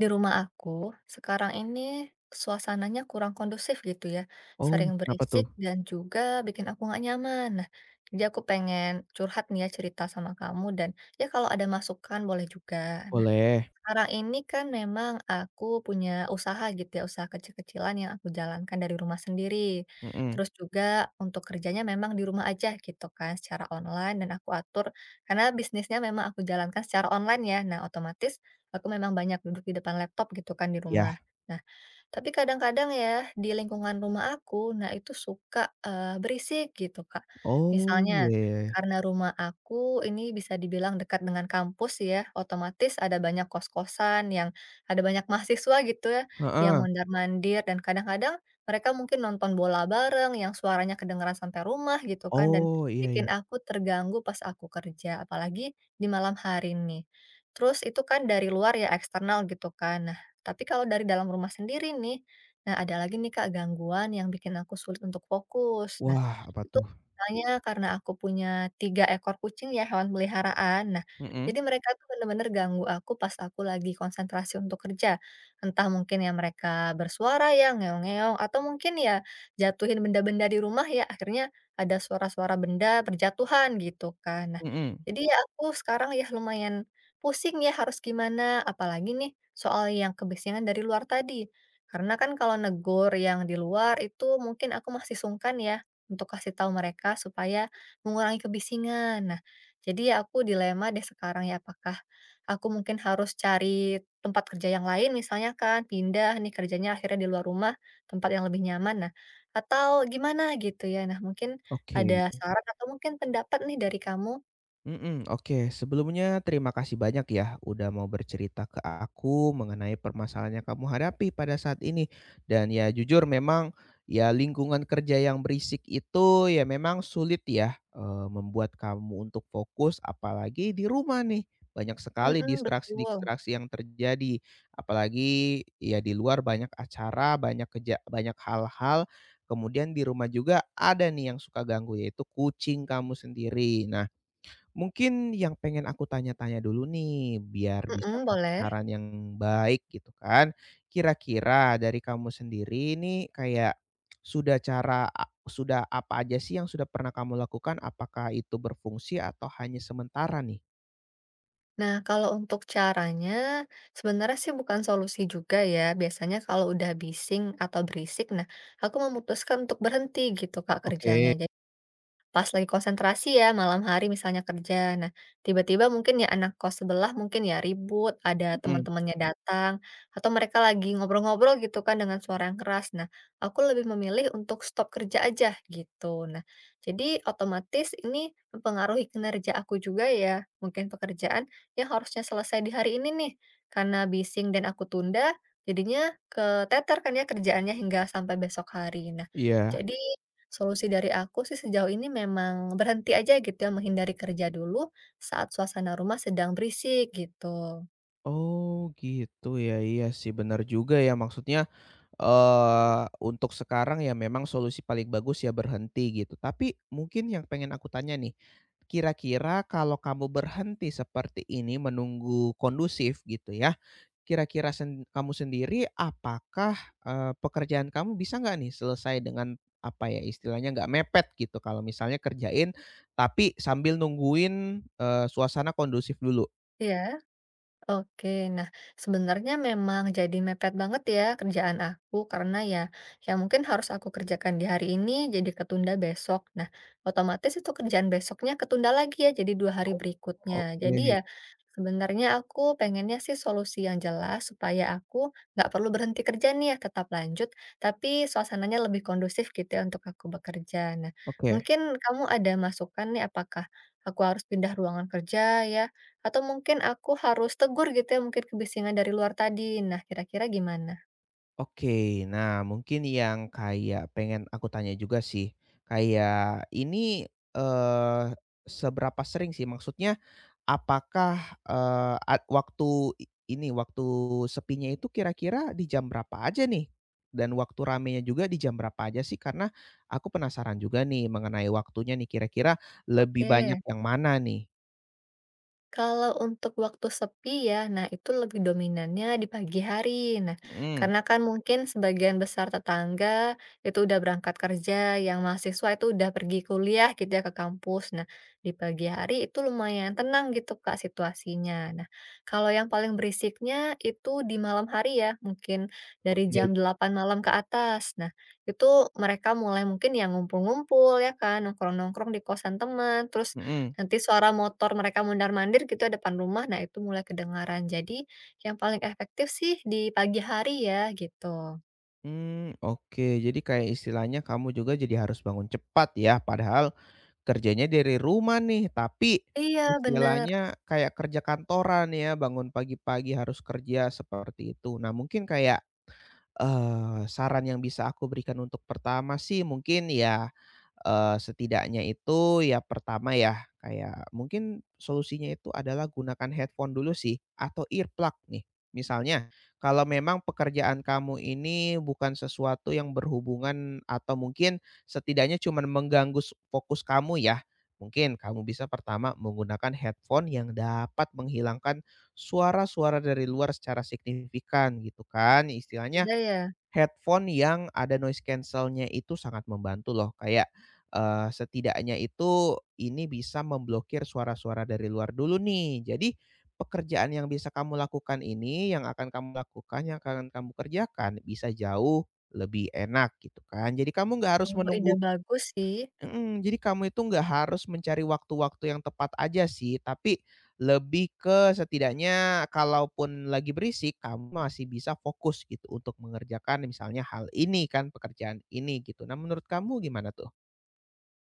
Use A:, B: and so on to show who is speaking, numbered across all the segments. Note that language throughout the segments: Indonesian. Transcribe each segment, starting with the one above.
A: Di rumah aku, sekarang ini suasananya kurang kondusif gitu ya.
B: Oh,
A: Sering
B: kenapa
A: berisik
B: tuh?
A: dan juga bikin aku nggak nyaman. Nah, jadi aku pengen curhat nih ya cerita sama kamu dan ya kalau ada masukan boleh juga. Nah,
B: Boleh.
A: sekarang ini kan memang aku punya usaha gitu ya, usaha kecil-kecilan yang aku jalankan dari rumah sendiri.
B: Mhm.
A: Terus juga untuk kerjanya memang di rumah aja gitu kan, secara online dan aku atur karena bisnisnya memang aku jalankan secara online ya. Nah, otomatis aku memang banyak duduk di depan laptop gitu kan di
B: Iya.
A: rumah. Nah, tapi kadang-kadang ya, di lingkungan rumah aku, nah itu suka, berisik gitu, Kak.
B: Oh, iya
A: Misalnya,
B: iya iya.
A: karena rumah aku ini bisa dibilang dekat dengan kampus ya, otomatis ada banyak kos-kosan yang ada banyak mahasiswa gitu ya, yang
B: Heeh.
A: mondar-mandir dan kadang-kadang mereka mungkin nonton bola bareng yang suaranya kedengeran sampai rumah gitu kan, dan
B: Oh, iya iya.
A: bikin aku terganggu pas aku kerja, apalagi di malam hari nih. Terus itu kan dari luar ya, eksternal gitu kan. Nah, tapi kalau dari dalam rumah sendiri nih, nah ada lagi nih Kak gangguan yang bikin aku sulit untuk fokus. Nah,
B: Wah, apa
A: itu
B: tuh?
A: misalnya karena aku punya 3 ekor kucing ya, hewan peliharaan. Nah,
B: Mhm
A: jadi mereka tuh bener-bener ganggu aku pas aku lagi konsentrasi untuk kerja. Entah mungkin ya mereka bersuara ya, ngeong-ngeong, atau mungkin ya jatuhin benda-benda di rumah ya, akhirnya ada suara-suara benda berjatuhan gitu kan. Nah,
B: mhm.
A: jadi ya aku sekarang ya lumayan pusing ya harus gimana, apalagi nih soal yang kebisingan dari luar tadi. Karena kan kalau negur yang di luar itu mungkin aku masih sungkan ya untuk kasih tahu mereka supaya mengurangi kebisingan. Nah, jadi ya aku dilema deh sekarang ya apakah aku mungkin harus cari tempat kerja yang lain misalnya kan, pindah nih kerjanya akhirnya di luar rumah, tempat yang lebih nyaman. Nah, atau gimana gitu ya. Nah, mungkin
B: Oke.
A: ada saran atau mungkin pendapat nih dari kamu?
B: Mhm, oke. Sebelumnya terima kasih banyak ya udah mau bercerita ke aku mengenai permasalahan yang kamu hadapi pada saat ini. Dan ya jujur memang ya lingkungan kerja yang berisik itu ya memang sulit ya, membuat kamu untuk fokus apalagi di rumah nih. Banyak sekali
A: Mhm, betul.
B: distraksi-distraksi yang terjadi, apalagi ya di luar banyak acara, banyak kerja banyak hal-hal, kemudian di rumah juga ada nih yang suka ganggu yaitu kucing kamu sendiri. Nah, mungkin yang pengen aku tanya-tanya dulu nih, biar bisa
A: Mhm,
B: ngasih
A: boleh.
B: saran yang baik gitu kan. Kira-kira dari kamu sendiri ini kayak sudah cara a sudah apa aja sih yang sudah pernah kamu lakukan? Apakah itu berfungsi atau hanya sementara nih?
A: Nah, kalau untuk caranya, sebenarnya sih bukan solusi juga ya. Biasanya kalau udah bising atau berisik, nah aku memutuskan untuk berhenti gitu Kak kerjanya
B: Oke,
A: pas lagi konsentrasi ya malam hari misalnya kerja. Nah, tiba-tiba mungkin ya anak kos sebelah mungkin ya ribut, ada
B: mhm,
A: teman-temannya datang atau mereka lagi ngobrol-ngobrol gitu kan dengan suara yang keras. Nah, aku lebih memilih untuk stop kerja aja gitu. Nah, jadi otomatis ini mempengaruhi kinerja aku juga ya. Mungkin pekerjaan yang harusnya selesai di hari ini nih karena bising dan aku tunda jadinya keteter kan ya kerjaannya hingga sampai besok hari. Nah,
B: iya.
A: jadi solusi dari aku sih sejauh ini memang berhenti aja gitu ya, menghindari kerja dulu saat suasana rumah sedang berisik gitu.
B: Oh gitu ya, iya sih benar juga ya maksudnya, eee, untuk sekarang ya memang solusi paling bagus ya berhenti gitu. Tapi mungkin yang pengen aku tanya nih, kira-kira kalau kamu berhenti seperti ini menunggu kondusif gitu ya, kira-kira sen kamu sendiri apakah, pekerjaan kamu bisa nggak nih selesai dengan apa ya istilahnya nggak mepet gitu kalau misalnya kerjain tapi sambil nungguin, suasana kondusif dulu?
A: Iya? Oke, nah sebenarnya memang jadi mepet banget ya kerjaan aku karena ya yang mungkin harus aku kerjakan di hari ini jadi ketunda besok. Nah, otomatis itu kerjaan besoknya ketunda lagi ya jadi 2 hari berikutnya. Jadi ya
B: Oke,
A: sebenarnya aku pengennya sih solusi yang jelas supaya aku nggak perlu berhenti kerja nih ya tetap lanjut, tapi suasananya lebih kondusif gitu ya untuk aku bekerja. Nah,
B: oke.
A: mungkin kamu ada masukan nih apakah aku harus pindah ruangan kerja ya atau mungkin aku harus tegur gitu ya mungkin kebisingan dari luar tadi. Nah, kira-kira gimana?
B: Oke, nah mungkin yang kayak pengen aku tanya juga sih, kayak ini, eee, seberapa sering sih? Maksudnya apakah, eee, at waktu i ini, waktu sepinya itu kira-kira di jam berapa aja nih? Dan waktu ramenya juga di jam berapa aja sih? Karena aku penasaran juga nih mengenai waktunya nih, kira-kira lebih banyak
A: Oke.
B: yang mana nih?
A: Kalau untuk waktu sepi ya, nah itu lebih dominannya di pagi hari. Nah,
B: Mhm,
A: karena kan mungkin sebagian besar tetangga itu udah berangkat kerja, yang mahasiswa itu udah pergi kuliah gitu ya ke kampus. Nah, di pagi hari itu lumayan tenang gitu Kak situasinya. Nah, kalau yang paling berisiknya itu di malam hari ya, mungkin dari jam
B: oke,
A: 8 malam ke atas. Nah, itu mereka mulai mungkin yang ngumpul-ngumpul ya kan, nongkrong-nongkrong di kosan teman, terus
B: mhm,
A: nanti suara motor mereka mondar-mandir gitu ya depan rumah, nah itu mulai kedengaran. Jadi yang paling efektif sih di pagi hari ya gitu.
B: mmm, oke. Jadi kayak istilahnya kamu juga jadi harus bangun cepat ya, padahal kerjanya dari rumah nih, tapi
A: Iya bener,
B: istilahnya kayak kerja kantoran ya, bangun pagi-pagi harus kerja seperti itu. Nah, mungkin kayak saran yang bisa aku berikan untuk pertama sih mungkin ya, setidaknya itu ya pertama ya, kayak mungkin solusinya itu adalah gunakan headphone dulu sih atau earplug nih. Misalnya kalau memang pekerjaan kamu ini bukan sesuatu yang berhubungan atau mungkin setidaknya cuma mengganggu s fokus kamu ya, mungkin kamu bisa pertama menggunakan headphone yang dapat menghilangkan suara-suara dari luar secara signifikan gitu kan. Istilahnya
A: ada ya?
B: headphone yang ada noise cancelnya itu sangat membantu loh, kayak, setidaknya itu ini bisa memblokir suara-suara dari luar dulu nih. Jadi, pekerjaan yang bisa kamu lakukan ini, yang akan kamu lakukan, yang akan kamu kerjakan, bisa jauh lebih enak gitu kan. Jadi kamu nggak harus
A: Oh ide
B: menunggu.
A: bagus sih.
B: Mhm, jadi kamu itu nggak harus mencari waktu-waktu yang tepat aja sih, tapi lebih ke setidaknya kalaupun lagi berisik, kamu masih bisa fokus gitu untuk mengerjakan misalnya hal ini kan, pekerjaan ini gitu. Nah menurut kamu gimana tuh?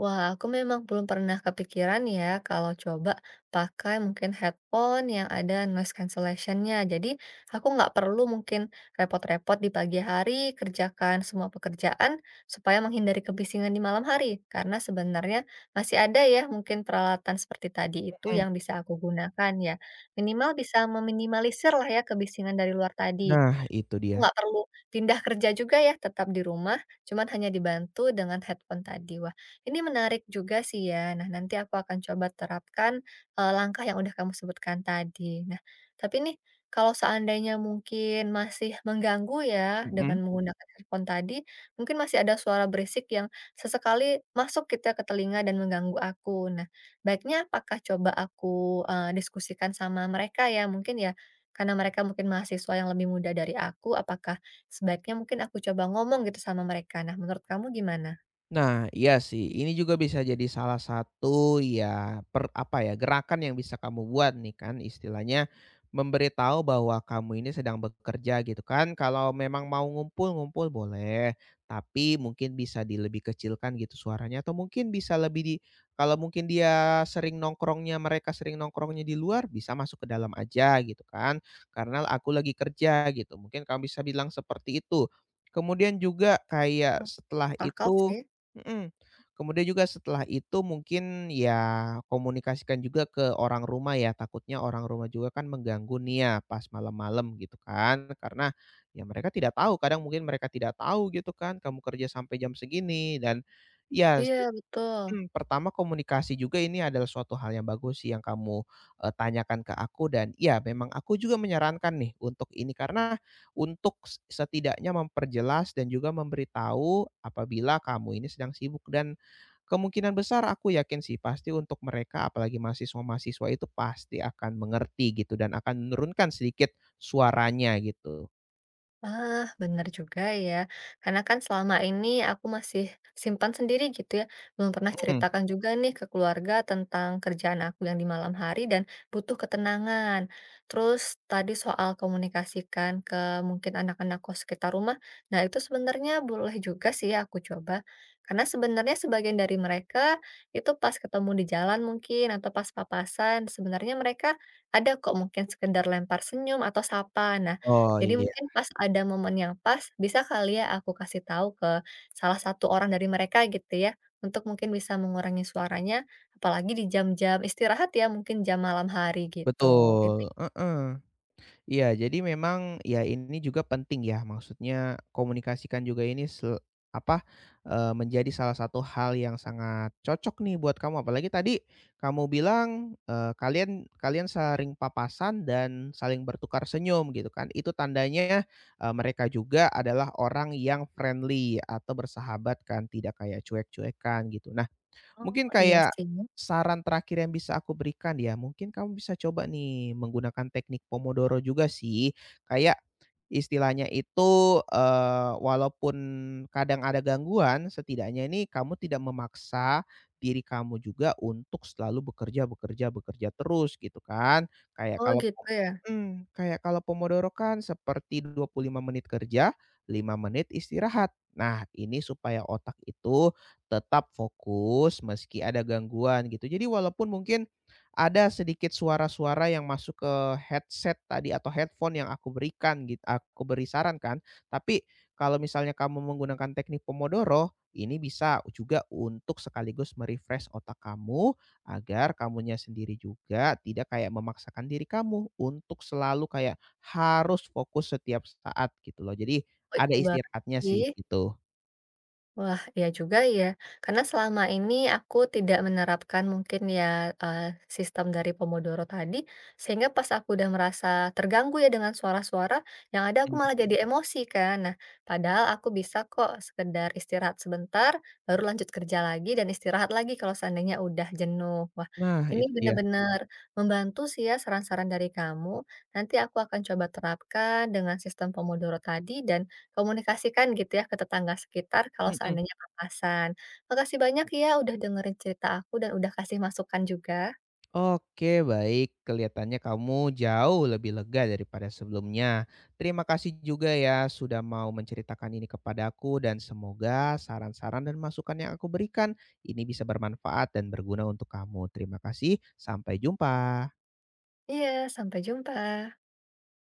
A: Wah, aku memang belum pernah kepikiran ya kalau coba pakai mungkin headphone yang ada noise cancellation-nya. Jadi, aku nggak perlu mungkin repot-repot di pagi hari kerjakan semua pekerjaan supaya menghindari kebisingan di malam hari. Karena sebenarnya masih ada ya mungkin peralatan seperti tadi itu
B: Mhm,
A: yang bisa aku gunakan ya. Minimal bisa meminimalisir lah ya kebisingan dari luar tadi.
B: nah itu dia,
A: Nggak perlu pindah kerja juga ya, tetap di rumah, cuman hanya dibantu dengan headphone tadi. Wah, ini menarik juga sih ya. Nah, nanti aku akan coba terapkan, langkah yang udah kamu sebutkan tadi. Nah, tapi nih, kalau seandainya mungkin masih mengganggu ya,
B: mhm.
A: dengan menggunakan headphone tadi, mungkin masih ada suara berisik yang sesekali masuk kita ke telinga dan mengganggu aku. Nah, baiknya apakah coba aku, diskusikan sama mereka ya, mungkin ya, karena mereka mungkin mahasiswa yang lebih muda dari aku, apakah sebaiknya mungkin aku coba ngomong gitu sama mereka? Nah, menurut kamu gimana?
B: Nah, iya sih. Ini juga bisa jadi salah satu ya per apa ya, gerakan yang bisa kamu buat nih kan istilahnya memberitahu bahwa kamu ini sedang bekerja gitu kan. Kalau memang mau ngumpul-ngumpul boleh, tapi mungkin bisa di lebih kecilkan gitu suaranya atau mungkin bisa lebih di kalau mungkin dia sering nongkrongnya, mereka sering nongkrongnya di luar bisa masuk ke dalam aja gitu kan. Karena aku lagi kerja gitu. Mungkin kamu bisa bilang seperti itu. Kemudian juga kayak
A: Oh,
B: setelah
A: akal
B: itu.
A: sih.
B: Mhm. Kemudian juga setelah itu mungkin ya komunikasikan juga ke orang rumah ya, takutnya orang rumah juga kan mengganggu nih ya pas malam-malam gitu kan. Karena ya mereka tidak tahu, kadang mungkin mereka tidak tahu gitu kan kamu kerja sampai jam segini dan ya.
A: Iya, betul.
B: Mhm, pertama komunikasi juga ini adalah suatu hal yang bagus sih yang kamu, tanyakan ke aku dan ya memang aku juga menyarankan nih untuk ini karena untuk se setidaknya memperjelas dan juga memberitahu apabila kamu ini sedang sibuk dan kemungkinan besar aku yakin sih pasti untuk mereka apalagi mahasiswa-mahasiswa itu pasti akan mengerti gitu dan akan menurunkan sedikit suaranya gitu.
A: Ah, benar juga ya. Karena kan selama ini aku masih simpan sendiri gitu ya. Belum pernah
B: Mhm.
A: ceritakan juga nih ke keluarga tentang kerjaan aku yang di malam hari dan butuh ketenangan. Terus tadi soal komunikasikan ke mungkin anak-anak kos sekitar rumah. Nah, itu sebenarnya boleh juga sih ya aku coba. Karena sebenarnya sebagian dari mereka itu pas ketemu di jalan mungkin atau pas papasan, sebenarnya mereka ada kok mungkin sekedar lempar senyum atau sapa. Nah,
B: Oh
A: jadi
B: iya,
A: mungkin pas ada momen yang pas, bisa kali ya aku kasih tahu ke salah satu orang dari mereka gitu ya, untuk mungkin bisa mengurangi suaranya, apalagi di jam-jam istirahat ya, mungkin jam malam hari gitu. Itu
B: betul, heeh. Iya, jadi memang ya ini juga penting ya, maksudnya komunikasikan juga ini se apa, menjadi salah satu hal yang sangat cocok nih buat kamu. Apalagi tadi kamu bilang, kalian kalian saling papasan dan saling bertukar senyum gitu kan. Itu tandanya, mereka juga adalah orang yang friendly atau bersahabat kan, tidak kayak cuek-cuekan gitu. Nah,
A: oh
B: mungkin
A: iya
B: kayak
A: sih.
B: saran terakhir yang bisa aku berikan ya, mungkin kamu bisa coba nih menggunakan teknik pomodoro juga sih. Kayak istilahnya itu, walaupun kadang ada gangguan, setidaknya ini kamu tidak memaksa diri kamu juga untuk selalu bekerja bekerja bekerja terus gitu kan. Kayak
A: Oh
B: kalau po
A: gitu ya?
B: mhm, kayak kalau pomodoro kan seperti 25 menit kerja, 5 menit istirahat. Nah, ini supaya otak itu tetap fokus meski ada gangguan gitu. Jadi walaupun mungkin ada sedikit suara-suara yang masuk ke headset tadi atau headphone yang aku berikan gitu. Aku beri saran kan, tapi kalau misalnya kamu menggunakan teknik pomodoro, ini bisa juga untuk sekaligus me otak kamu agar kamunya sendiri juga tidak kayak memaksakan diri kamu untuk selalu kayak harus fokus setiap saat gitu loh. Jadi
A: Oh,
B: ada
A: iya banget
B: istirahatnya
A: sih.
B: sih gitu.
A: Wah, ya juga ya. Karena selama ini aku tidak menerapkan mungkin ya, sistem dari Pomodoro tadi, sehingga pas aku udah merasa terganggu ya dengan suara-suara, yang ada aku
B: Mmm.
A: malah jadi emosi kan. Nah, padahal aku bisa kok sekedar istirahat sebentar, baru lanjut kerja lagi dan istirahat lagi kalau seandainya udah jenuh. Wah,
B: Nah
A: ini
B: itu dia.
A: benar-benar membantu sih ya saran-saran dari kamu. Nanti aku akan coba terapkan dengan sistem Pomodoro tadi dan komunikasikan gitu ya ke tetangga sekitar kalau
B: Mhm.
A: seandainya papasan. Makasih banyak ya udah dengerin cerita aku dan udah kasih masukan juga.
B: Oke, baik. Kelihatannya kamu jauh lebih lega daripada sebelumnya. Terima kasih juga ya sudah mau menceritakan ini kepadaku dan semoga saran-saran dan masukan yang aku berikan ini bisa bermanfaat dan berguna untuk kamu. Terima kasih. Sampai jumpa.
A: Iya, sampai jumpa.